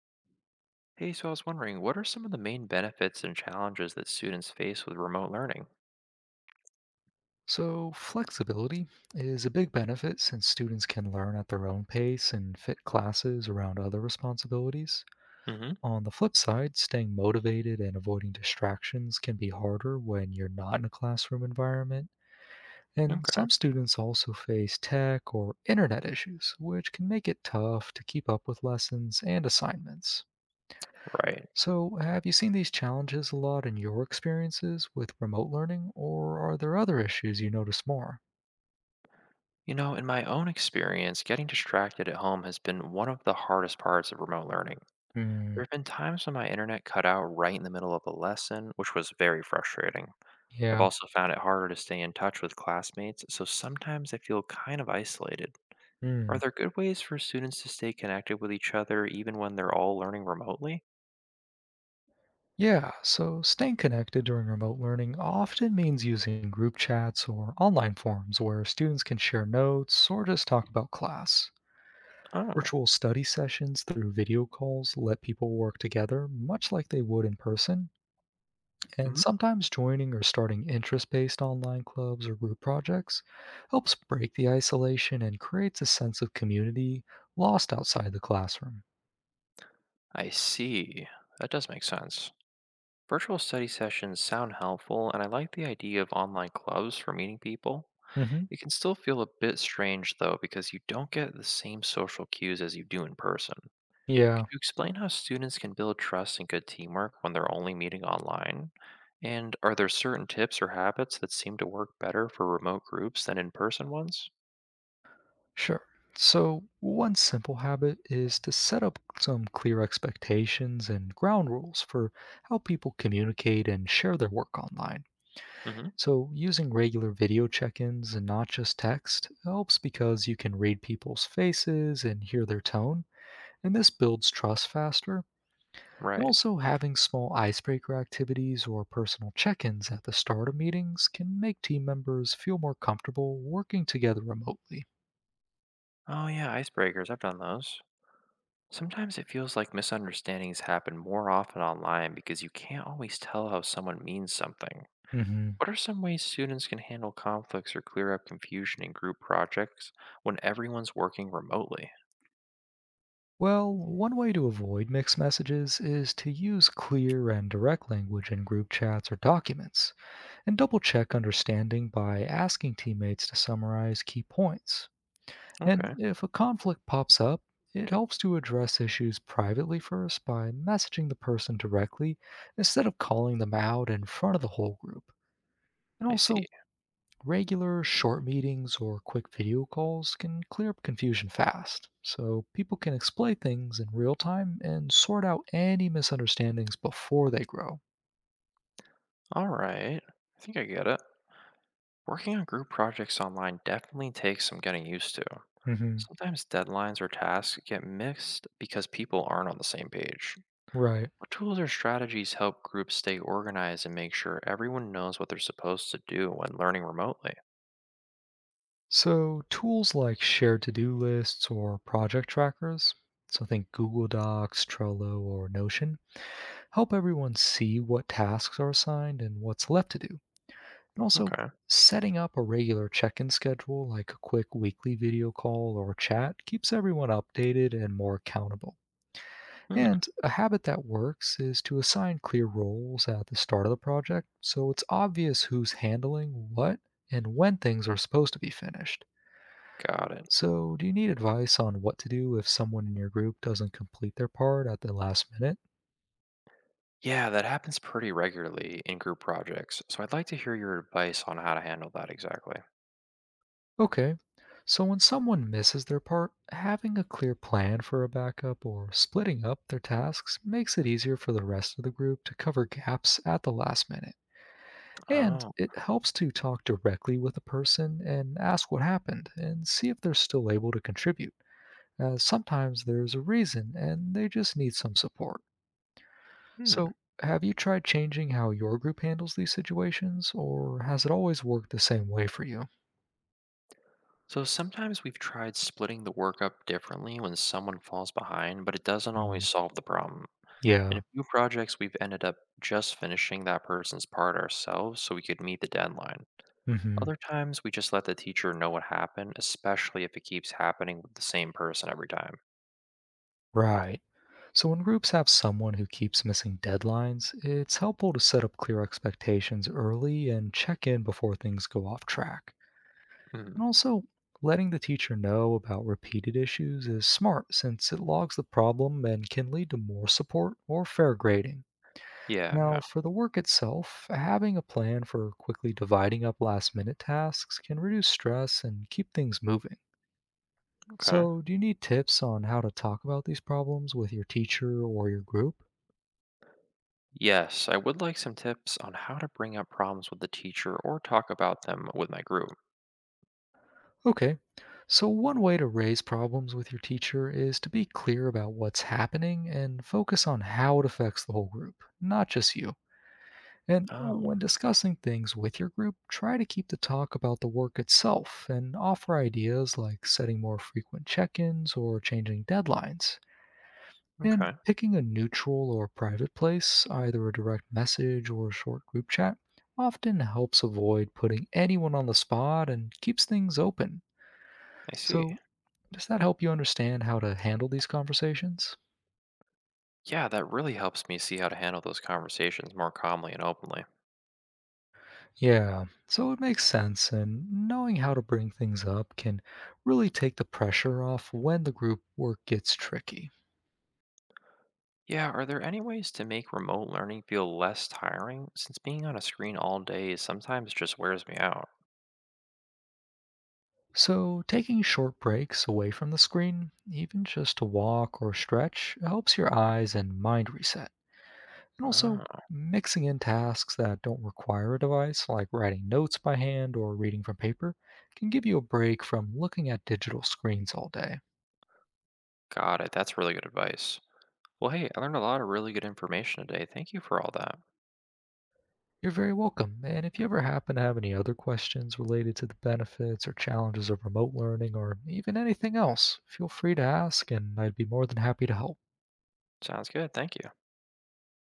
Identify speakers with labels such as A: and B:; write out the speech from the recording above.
A: Hey, so I was wondering, what are some of the main benefits and challenges that students face with remote learning?
B: So, flexibility is a big benefit since students can learn at their own pace and fit classes around other responsibilities.
A: Hmm.
B: On the flip side, staying motivated and avoiding distractions can be harder when you're not in a classroom environment. And
A: Okay,
B: some students also face tech or internet issues, which can make it tough to keep up with lessons and assignments.
A: right.
B: So, have you seen these challenges a lot in your experiences with remote learning, or are there other issues you notice more?
A: You know, in my own experience, getting distracted at home has been one of the hardest parts of remote learning.
B: Hmm.
A: There have been times when my internet cut out right in the middle of a lesson, which was very frustrating. I've
B: Yeah.
A: also found it harder to stay in touch with classmates, so sometimes I feel kind of isolated. Are
B: Mm.
A: there good ways for students to stay connected with each other even when they're all learning remotely?
B: Yeah, so staying connected during remote learning often means using group chats or online forums where students can share notes or just talk about class.
A: Oh.
B: Virtual study sessions through video calls let people work together much like they would in person, and sometimes joining or starting interest based online clubs or group projects helps break the isolation and creates a sense of community lost outside the classroom.
A: I see. That does make sense. Virtual study sessions sound helpful, and I like the idea of online clubs for meeting people.
B: Hmm.
A: It can still feel a bit strange, though, because you don't get the same social cues as you do in person. Could
B: Yeah.
A: you explain how students can build trust and good teamwork when they're only meeting online? And are there certain tips or habits that seem to work better for remote groups than in person ones?
B: Sure. So, one simple habit is to set up some clear expectations and ground rules for how people communicate and share their work online.
A: Hmm.
B: So, using regular video check ins and not just text helps because you can read people's faces and hear their tone, and this builds trust faster. And
A: Right.
B: also, having small icebreaker activities or personal check ins at the start of meetings can make team members feel more comfortable working together remotely.
A: Oh, yeah, icebreakers. I've done those. Sometimes it feels like misunderstandings happen more often online because you can't always tell how someone means something.
B: Mhm.
A: What are some ways students can handle conflicts or clear up confusion in group projects when everyone's working remotely?
B: Well, one way to avoid mixed messages is to use clear and direct language in group chats or documents, and double check understanding by asking teammates to summarize key points. And
A: Okay.
B: if a conflict pops up, it helps to address issues privately first by messaging the person directly instead of calling them out in front of the whole group. And
A: I see.
B: also, regular short meetings or quick video calls can clear up confusion fast, so people can explain things in real time and sort out any misunderstandings before they grow.
A: All right, I think I get it. Working on group projects online definitely takes some getting used to.
B: Hmm.
A: Sometimes deadlines or tasks get mixed because people aren't on the same page.
B: Right.
A: What tools or strategies help groups stay organized and make sure everyone knows what they're supposed to do when learning remotely?
B: So, tools like shared to do lists or project trackers, so think Google Docs, Trello, or Notion, help everyone see what tasks are assigned and what's left to do. And also,
A: Okay.
B: setting up a regular check in schedule, like a quick weekly video call or chat, keeps everyone updated and more accountable.
A: Hmm.
B: And a habit that works is to assign clear roles at the start of the project so it's obvious who's handling what and when things are supposed to be finished.
A: Got it.
B: So, do you need advice on what to do if someone in your group doesn't complete their part at the last minute?
A: Yeah, that happens pretty regularly in group projects. So I'd like to hear your advice on how to handle that exactly.
B: Okay. So when someone misses their part, having a clear plan for a backup or splitting up their tasks makes it easier for the rest of the group to cover gaps at the last minute. And
A: Oh.
B: it helps to talk directly with the person and ask what happened and see if they're still able to contribute, as sometimes there's a reason and they just need some support.
A: Hmm.
B: So, have you tried changing how your group handles these situations, or has it always worked the same way for you?
A: So sometimes we've tried splitting the work up differently when someone falls behind, but it doesn't always
B: Mm.
A: solve the problem. In
B: Yeah.
A: a few projects, we've ended up just finishing that person's part ourselves so we could meet the deadline.
B: Hmm.
A: Other times, we just let the teacher know what happened, especially if it keeps happening with the same person every time.
B: Right. So when groups have someone who keeps missing deadlines, it's helpful to set up clear expectations early and check in before things go off track.
A: Hmm.
B: And also, letting the teacher know about repeated issues is smart since it logs the problem and can lead to more support or fair grading.
A: Yeah,
B: Now,
A: yeah.
B: for the work itself, having a plan for quickly dividing up last minute tasks can reduce stress and keep things moving.
A: Okay.
B: So, do you need tips on how to talk about these problems with your teacher or your group?
A: Yes, I would like some tips on how to bring up problems with the teacher or talk about them with my group.
B: Okay. So, one way to raise problems with your teacher is to be clear about what's happening and focus on how it affects the whole group, not just you. And
A: Oh,
B: when discussing things with your group, try to keep the talk about the work itself and offer ideas like setting more frequent check ins or changing deadlines. And
A: okay.
B: picking a neutral or private place, either a direct message or a short group chat, often helps avoid putting anyone on the spot and keeps things open.
A: I see.
B: So, does that help you understand how to handle these conversations?
A: Yeah, that really helps me see how to handle those conversations more calmly and openly.
B: Yeah, so it makes sense, and knowing how to bring things up can really take the pressure off when the group work gets tricky.
A: Yeah, are there any ways to make remote learning feel less tiring since being on a screen all day sometimes just wears me out?
B: So, taking short breaks away from the screen, even just to walk or stretch, helps your eyes and mind reset. And also,
A: Oh,
B: mixing in tasks that don't require a device, like writing notes by hand or reading from paper, can give you a break from looking at digital screens all day.
A: got it. That's really good advice. Well, hey, I learned a lot of really good information today. Thank you for all that.
B: You're very welcome. And if you ever happen to have any other questions related to the benefits or challenges of remote learning or even anything else, feel free to ask and I'd be more than happy to help.
A: Sounds good. Thank you.